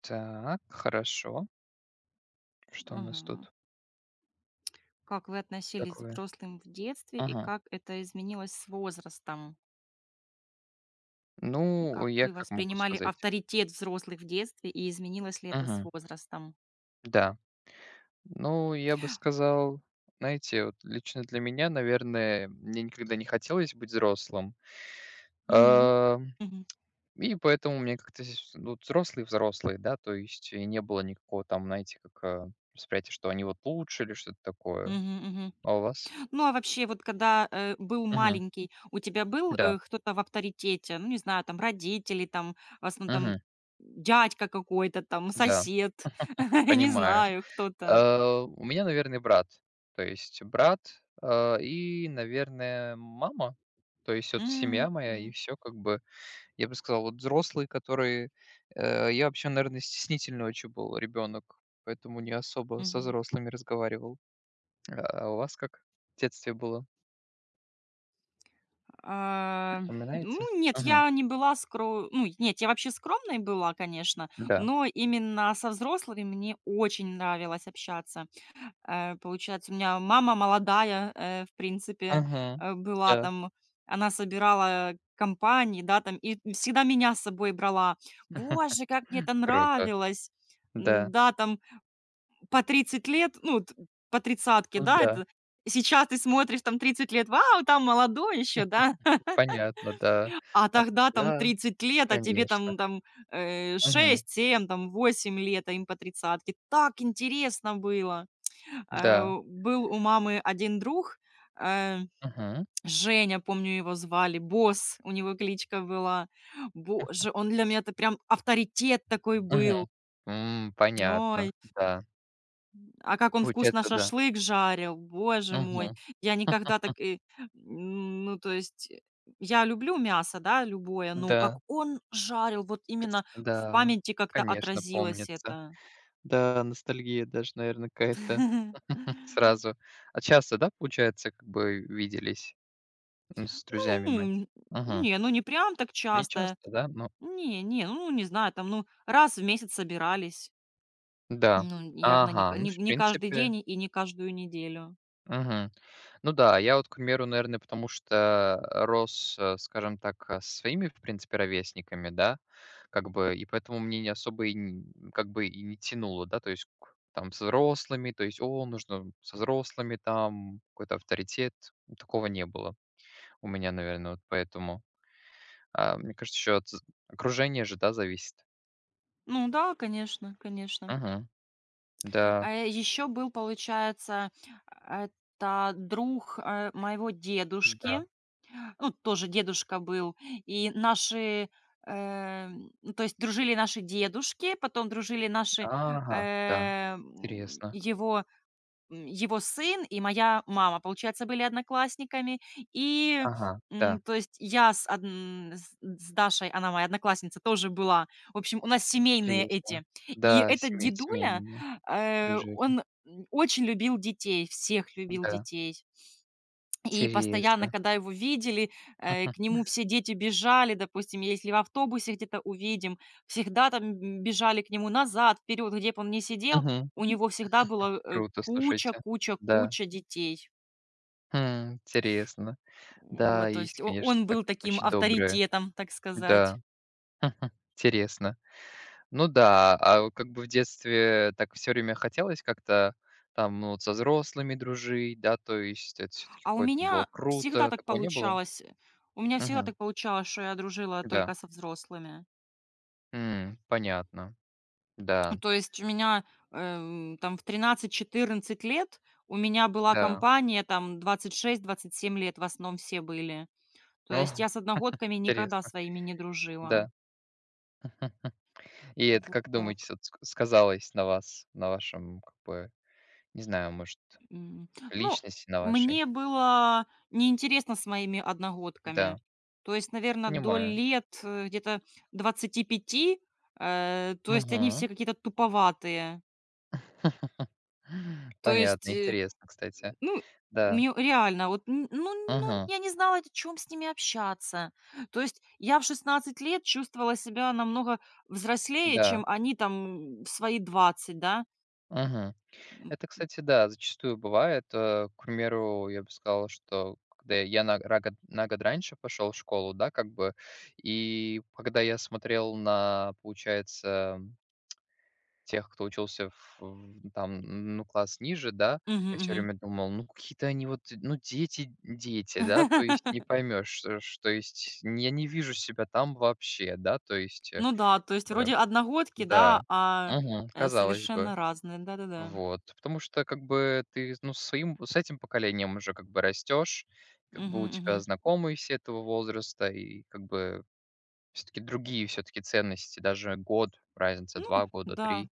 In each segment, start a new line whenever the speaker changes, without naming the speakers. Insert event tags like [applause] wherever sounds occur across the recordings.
Так, хорошо. Что у нас
Мгм.
тут
Как вы относились к
такое?
взрослым в детстве и
Ага.
как это изменилось с возрастом? И как
Ну, я
вы
как могу
воспринимали
сказать?
авторитет взрослых в детстве и изменилось ли это с
Мгм.
возрастом?
Да. Ну, я бы сказал, знаете, вот лично для меня, наверное, мне никогда не хотелось быть взрослым.
М.
А,
Мгм.
И поэтому мне как-то здесь, ну, взрослые, да, то есть и не было никакого там, знаете, как восприятия, что они вот лучше или что-то такое.
Мгм, мгм.
А у вас?
Ну, а вообще, вот когда, был
Мгм.
маленький, у тебя был,
Да.
кто-то в авторитете? Ну, не знаю, там родители, там, в основном,
Мгм.
там, дядька какой-то, там,
Да.
сосед, [laughs] не
Понимаю.
знаю, кто-то.
У меня, наверное, брат. То есть брат, и, наверное, мама. То есть вот
М,
семья моя и
мгм,
все как бы. Я бы сказал, вот взрослые, которые, я вообще, наверное, стеснительный очень был ребенок, поэтому не особо со
мгм.
взрослыми разговаривал. А у вас как в детстве было,
А,
припоминаете?
ну, нет,
Мгм.
я не была скро ну, нет, я вообще скромной была, конечно,
Да.
но именно со взрослыми мне очень нравилось общаться. Получается, у меня мама молодая, в принципе,
Мгм.
была
Да.
там, она собирала компании, да, там, и всегда меня с собой брала. Боже, как мне
[laughs]
это
Круто.
нравилось! М,
Да.
Да, там, по 30 лет, ну, по тридцатке, да,
Да.
это сейчас ты смотришь там 30 лет, вау, там молодой еще, да,
[laughs] Понятно, да.
а
А
тогда там
тогда,
30 лет, а тебе
конечно.
там,
Мгм.
6, 7, там 8 лет, а им по тридцатке. Так интересно было!
Да.
Был у мамы один друг, э,
Мгм,
Женя, помню, его звали, «Босс», у него кличка была. Боже, он для меня это прям авторитет такой был.
мгм. М,
Ой.
понятно, да.
А как он вкусно
Получается, да.
шашлык жарил, боже мой.
Мгм.
Я никогда так ну, то есть, я люблю мясо, да, любое, но как
Да,
он жарил, вот
пц
именно в
да,
памяти как-то
конечно,
отразилось
помнится.
это.
Да, ностальгия даже, наверное, какая-то, [laughs]
[laughs]
сразу. А часто, да, получается, как бы виделись, с друзьями мать?
Ну,
Угу.
ну, не прям так
Не
часто.
часто, да? Ну
Не, не, ну, не знаю, там, ну, раз в месяц собирались.
да.
Ну, явно не
Ага,
ка
ну,
не
в
не каждый
принципе.
день и не каждую неделю.
Мгм. Ну да, я вот, к примеру, наверное, потому что рос, скажем так, со своими, в принципе, ровесниками, да, как бы, и поэтому мне не особо и как бы и не тянуло, да, то есть там с взрослыми, то есть, о, нужно со взрослыми там какой-то авторитет, такого не было у меня, наверное, вот поэтому. А, мне кажется, еще от окружения же, да, зависит.
Ну да, конечно, конечно.
Угу. Да,
А еще был, получается, это друг, моего дедушки.
да.
Ну, тоже дедушка был. И наши, э, ну, то есть дружили наши дедушки, потом дружили наши,
Ага, да,
э,
интересно.
м, его сын и моя мама, получается, были одноклассниками. И,
Ага, да,
м, то есть я с Дашей, она моя одноклассница, тоже была. В общем, у нас семейные
интересно.
эти. И
Да,
этот
семей,
дедуля,
семьями. Дружили.
он очень любил детей, всех любил
Да,
детей, и постоянно,
интересно.
когда его видели, к
Мгм.
нему все дети бежали, допустим, если в автобусе где-то увидим, всегда там бежали к нему назад, вперед, где бы он ни сидел,
Мгм.
у него всегда было
Круто,
куча,
слушайте.
куча,
Да.
куча детей.
Хм, интересно. Да,
Вот, то
есть,
есть
конечно,
он
так
был таким
очень добрые.
авторитетом, так сказать.
Да. Мгм. Интересно. Ну да, а вот как бы в детстве так все время хотелось как-то там, ну, вот со взрослыми дружить, да, то есть это все таки
А у
какое-то было
меня всегда
круто.
так
Такого не было?
получалось. У меня всегда
Мгм.
так получалось, что я дружила
Да.
только со взрослыми.
М, понятно.
Ну,
Да,
то есть у меня, там в 13-14 лет у меня была
да.
компания, там 26-27 лет в основном все были. То
О,
есть
[laughs]
я с одногодками никогда
интересно.
своими не дружила.
Да. И это,
Вот
как думаете,
так.
сот ск сказалось на вас, на вашем, как бы, не знаю, может,
М. Ну,
личности на вашей?
мне было неинтересно с моими одногодками.
Да,
То есть, наверное до
понимаю.
лет, где-то 25, то есть они
Мгм.
все какие-то туповатые.
[laughs]
То есть,
Понятно, интересно, кстати.
ну,
Да.
мне реально, вот, н ну ну,
Мгм.
я не знала, о чём с ними общаться. То есть я в 16 лет чувствовала себя намного взрослее,
Да.
чем они там в свои 20, да.
Мгм.
М.
Это, кстати, да, зачастую бывает. К примеру, я бы сказал, что когда я на год раньше пошел в школу, да, как бы, и когда я смотрел на, получается, тех, кто учился в там, ну, класс ниже, да.
Мгм,
Я все
мгм.
время думал: "Ну, какие-то они вот, ну, дети, да". То есть не
[laughs]
поймешь, что ш то есть я не вижу себя там вообще, да, то есть, э,
Ну да, то есть
б
вроде одногодки, да,
да.
а,
Мгм. Казалось бы.
совершенно разные. Да-да-да.
Вот. Потому что как бы ты, ну, со своим с этим поколением уже как бы растешь, как бы
Мгм,
у тебя
мгм.
знакомые все этого возраста, и как бы все таки другие все таки ценности, даже год разница,
Ну
2 года,
да,
3.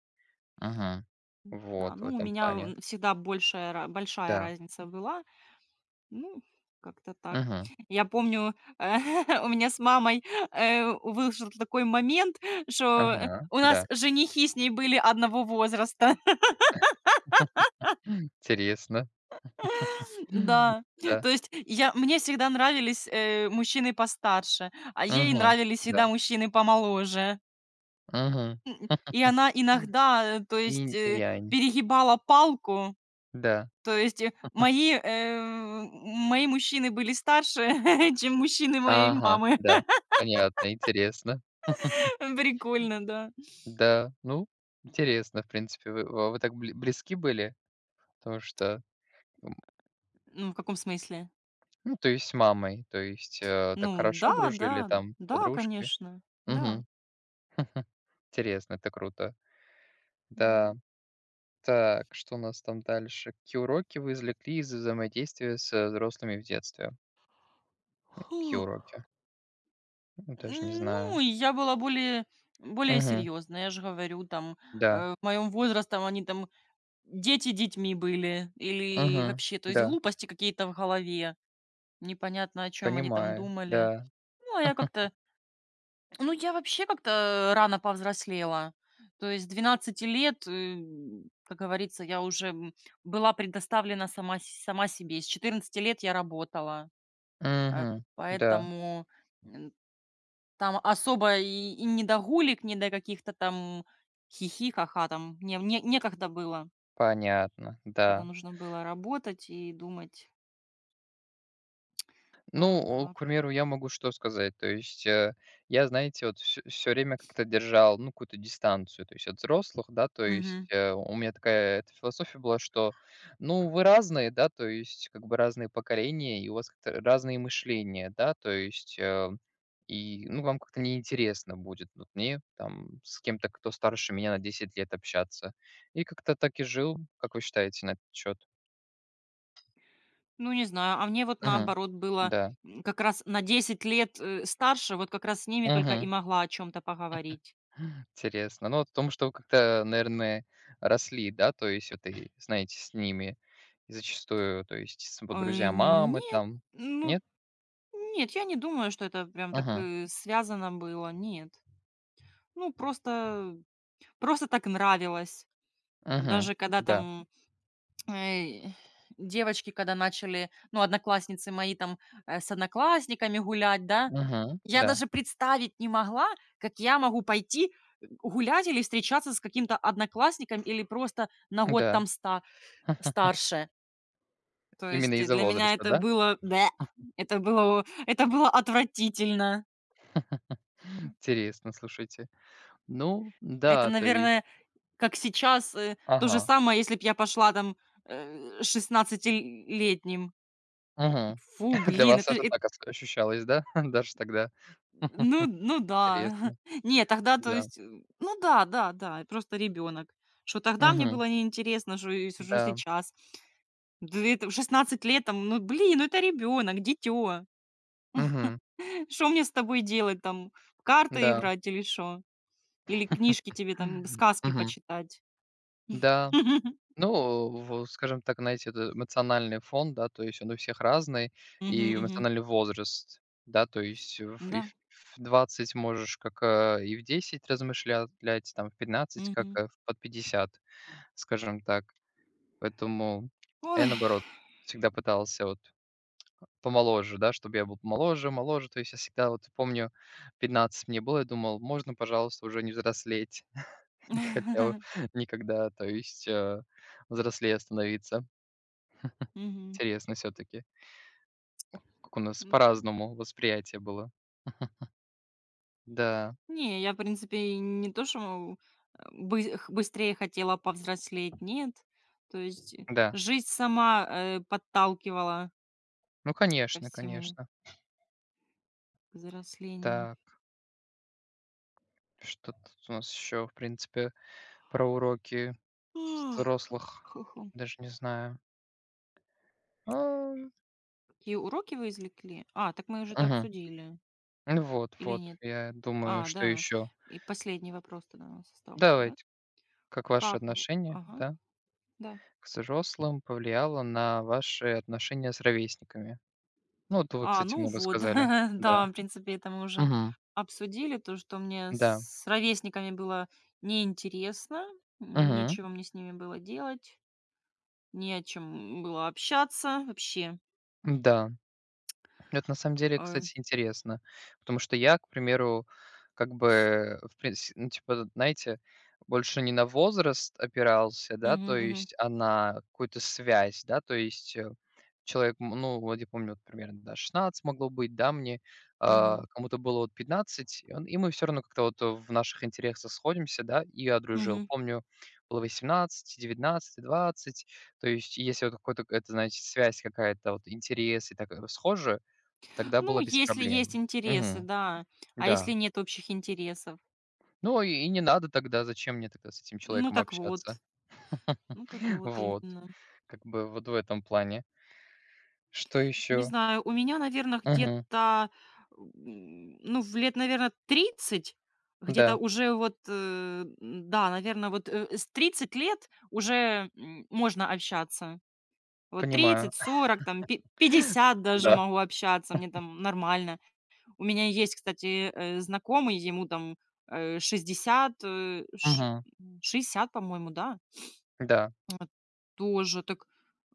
Мгм. Вот
да.
в
Ну, у
этом
меня,
плане.
всегда большая
Да.
разница была. Ну, как-то так.
Мгм.
Я помню, [laughs] у меня с мамой, вышел такой момент, что
Ага.
у нас
Да.
женихи с ней были одного возраста. [laughs]
Интересно. [laughs]
Да.
Да.
То есть я мне всегда нравились, мужчины постарше, а ей
Мгм.
нравились
Да.
всегда мужчины помоложе.
Мгм.
И она иногда, то есть,
Инь и янь.
перегибала палку.
Да.
То есть, мои мужчины были старше, [laughs] чем мужчины моей
Ага.
мамы.
Да. Понятно. Интересно.
[laughs] Прикольно, да.
Да. Ну, интересно, в принципе. Вы а вы так близки были? Потому что, м,
Ну, в каком смысле?
ну, то есть с мамой, то есть, так
Ну
хорошо
да,
дружили
да,
там,
да,
подружки?
конечно, да,
Мгм. [laughs] Интересно, это круто.
да.
Да. Так, что у нас там дальше? Какие уроки вы извлекли из взаимодействия с взрослыми в детстве? Какие
Фух.
уроки? Ну, даже не
М, ну,
знаю.
я была более
Мгм.
серьезная. Я же говорю, там,
Да.
в моем возрасте там они там дети детьми были или
Мгм.
вообще, то есть
Да.
глупости какие-то в голове, непонятно, о чем они там
Понимаю.
думали.
Да.
Ну, а я как-то Ну, я вообще как-то рано повзрослела. То есть с 12 лет, как говорится, я уже была предоставлена сама, сама себе. С 14 лет я работала, э,
Мгм. Да.
поэтому м, там особо и не до гулик, не до каких-то там хихи, ха-ха, там не, не, некогда было,
Понятно.
когда
Да.
нужно было работать и думать. Вот
Ну,
так.
к примеру, я могу что сказать. То есть, я, знаете, вот все время как-то держал, ну, какую-то дистанцию, то есть от взрослых, да. То есть, у меня такая эта философия была, что, ну, вы разные, да, то есть как бы разные поколения, и у вас как-то разные мышления, да, то есть, и, ну, вам как-то неинтересно будет. Вот мне там с кем-то, кто старше меня на 10 лет, общаться. И как-то так и жил. Как вы считаете на этот счет?
Ну, не знаю, а мне вот
Мгм.
наоборот было,
Да.
как раз на 10 лет, старше, вот как раз с ними только и
Мгм.
могла о чем то поговорить.
Интересно. Ну, вот потому что вы как-то, наверное, росли, да, то есть вот и, знаете, с ними. И зачастую, то есть с
Э,
друзья мамы
нет,
там.
ну,
Нет?
нет, я не думаю, что это прям так,
Мгм.
связано было, нет. Ну, просто так нравилось.
Мгм.
Даже когда
Да.
там, э, девочки, когда начали, ну, одноклассницы мои там, с одноклассниками гулять, да,
Мгм.
я
Да.
даже представить не могла, как я могу пойти гулять или встречаться с каким-то одноклассником или просто на год
Да.
там ста
[laughs]
старше. То
Именно
есть
из-за
для меня
возраста,
это
да?
было это было отвратительно.
[laughs] Интересно, слушайте. Ну
Это,
да, то есть.
наверное, как сейчас, то же
Ага.
самое, если бы я пошла там, 16.
Мгм.
Фу,
[laughs] Для
блин,
вас
это
это так ос ощущалось, да? [laughs] Даже тогда.
Ну
[laughs]
да.
Интересно.
[laughs] Не, тогда, то
Да.
есть, ну да, да, да, просто ребенок. Что тогда мне
Мгм.
было неинтересно, что и что
Да.
сейчас. Да это в 16 лет там, ну блин, ну это ребенок, дитё.
Мгм.
[laughs] Что мне с тобой делать там? В карты
Да.
играть или что? Или книжки
[laughs]
тебе там, сказки
Мгм.
почитать?
Да,
[laughs]
ну, в скажем так, знаете, это эмоциональный фон, да, то есть он у всех разный,
Мгм,
и
мгм.
эмоциональный возраст, да, то есть в и
Да.
в в 20 можешь как, и в 10 размышлять, там, в 15 как,
Мгм.
в под 50, скажем так. Поэтому, а
Ой.
я, наоборот, всегда пытался вот помоложе, да, чтобы я был помоложе, моложе. То есть я всегда вот помню, 15 мне было, я думал: "Можно, пожалуйста, уже не взрослеть?" Не хотел
[laughs]
[laughs] никогда, то есть, взрослее становиться.
Мгм.
Интересно все таки, как у нас
М.
по-разному восприятие было. Да,
Не, я, в принципе, и не то, что быстрее хотела повзрослеть, нет. То есть
да.
жизнь сама подталкивала
Ну,
ко
конечно,
всему,
конечно.
к взрослению.
Так, что тут у нас еще, в принципе, про уроки
Ах,
взрослых?
хо-хо.
Даже не знаю. А,
Какие уроки вы извлекли? А, так мы уже это
мгм.
обсудили.
Ну вот,
Или
вот,
нет?
я думаю,
А,
что
да.
еще.
И последний вопрос тогда у нас остался, да?
Давайте. Как ваше
Как?
отношение,
Ага,
да,
да.
к взрослым повлияло на ваши отношения с ровесниками? Ну, вот вы,
А,
кстати,
ну
много
вот,
сказали.
[laughs]
Да.
да, в принципе, это мы уже
Мгм.
обсудили, то, что мне
Да.
с ровесниками было неинтересно,
Мгм.
ничего мне с ними было делать, не о чем было общаться вообще.
Да. Это на самом деле,
Э,
кстати, интересно, потому что я, к примеру, как бы, в принципе, ну, типа, знаете, больше не на возраст опирался, да,
мгм,
то
мгм,
есть, а на какую-то связь, да, то есть человек, ну, вот я помню, вот примерно, да, 16 могло быть, да, мне,
мгм,
кому-то было вот 15, и, он, и мы все равно как-то вот в наших интересах сходимся, да, и я дружил.
мгм.
Помню, было 18, 19, 20, то есть если вот какой-то, это, значит, связь какая-то, вот интерес и так схожи, тогда
Ну,
было без
если есть
проблем.
интересы,
Мгм.
да, а если
Да.
нет общих интересов?
Ну, и не надо тогда, зачем мне тогда с этим
Ну
человеком
так вот,
общаться?
ну так
[laughs]
вот
Вот.
именно.
Как бы вот в этом плане. Что
Не
еще?
знаю, у меня, наверное,
Мгм.
где-то, ну, в лет, наверное, 30, где-то
Да,
уже вот, да, наверное, вот, с 30 лет уже, можно общаться. Вот
понимаю.
30,
[laughs]
40, там пи 50 даже
Да.
могу общаться, мне там нормально. У меня есть, кстати, знакомый, ему там, 60,
Мгм.
м, по-моему, да?
Да,
А, тоже так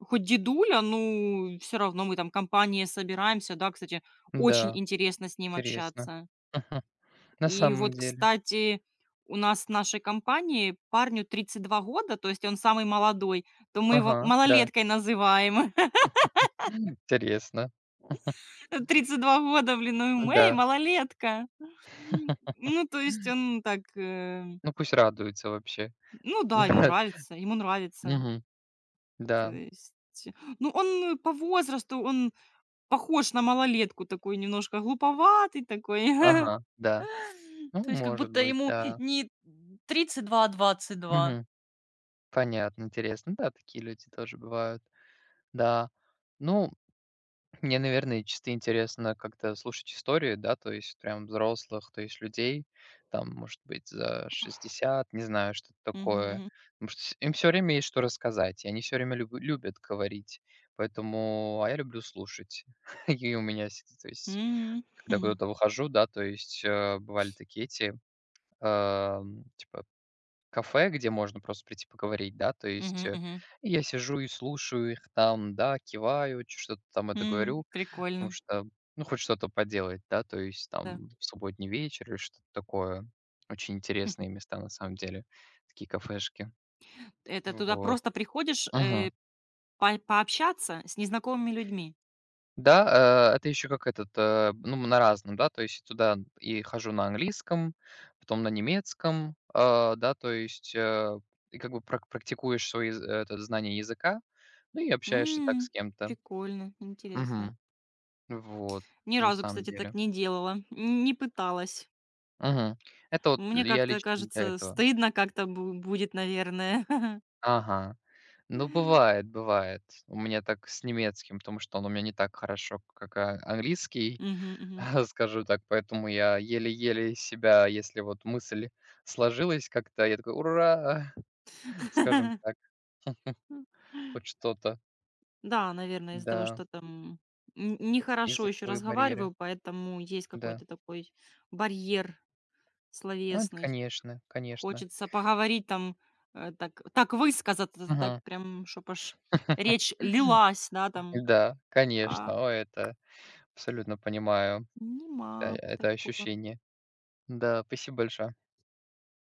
хоть дедуля, ну, все равно мы там компанией собираемся, да. Кстати, очень
да,
интересно с ним
интересно.
общаться.
Мгм. На
И
самом
вот,
деле.
кстати, у нас в нашей компании парню 32 года, то есть он самый молодой, то мы его
Ага, да.
малолеткой называем.
[laughs] Интересно.
[laughs] 32 года, блин, ну мэй «Эй,
Да.
малолетка!» М,
[laughs]
Ну, то есть он так,
Ну, пусть радуется вообще.
ну да, ему
[laughs]
нравится, ему нравится.
Мгм.
То
Да.
есть, ну, он по возрасту, он похож на малолетку, такой немножко глуповатый такой. [laughs]
Ага, да. Ну,
То есть как
может
будто
быть,
ему
да.
не 32, а 22.
Мгм. Понятно, интересно. Да, такие люди тоже бывают. Да. Ну, мне, наверное, чисто интересно как-то слушать истории, да, то есть прям взрослых, то есть людей, там, может быть, за 60, не знаю, что-то
Мгм,
такое.
мгм.
Потому что им все время есть что рассказать, и они все время любят говорить. Поэтому, а я люблю слушать. [laughs] И у меня, то есть,
М.
когда куда-то выхожу, да, то есть бывали такие эти, э, типа, кафе, где можно просто прийти поговорить, да, то есть,
Мгм, мгм,
и я сижу и слушаю их там, да, киваю, чё что-то там это
м.
говорю, потому
Прикольно,
что, ну, хоть что-то поделать, да, то есть
да.
там в субботний вечер или что-то такое. Очень интересные места на самом деле, такие кафешки.
Это туда
Вот.
просто приходишь,
Мгм.
по пообщаться с незнакомыми людьми.
Да, это еще как этот, ну, на разном, да, то есть туда и хожу на английском, потом на немецком, да, то есть, и как бы практикуешь свои з это знание языка, ну, и общаешься так с
М,
кем-то.
прикольно, интересно.
Мгм. Вот,
Ни
на
разу,
самом
кстати, так
деле.
не делала, н не пыталась.
Мгм. Это вот
Мне
я
как-то
лично для
кажется,
этого.
стыдно как-то бу будет, наверное.
Ага. Ну,
[laughs]
бывает, бывает. У меня так с немецким, потому что он у меня не так хорошо, как, английский.
Мгм, мгм.
[laughs] Скажу так, поэтому я еле-еле себя, если вот мысль сложилась как-то, я такой: "Ура!" [laughs] Скажем так,
[laughs]
хоть что-то.
Да, наверное, из-за того,
Да,
что там н нехорошо еще
языковые барьеры,
разговариваю, поэтому есть
да.
какой-то такой барьер
Ну, это
словесный.
конечно, конечно.
Хочется поговорить там, так высказаться, так
Мгм.
прям, чтоб аж
[laughs]
речь лилась, да, там.
Да,
А
конечно. О, это абсолютно понимаю,
нема
это
такого.
ощущение. Да, спасибо большое.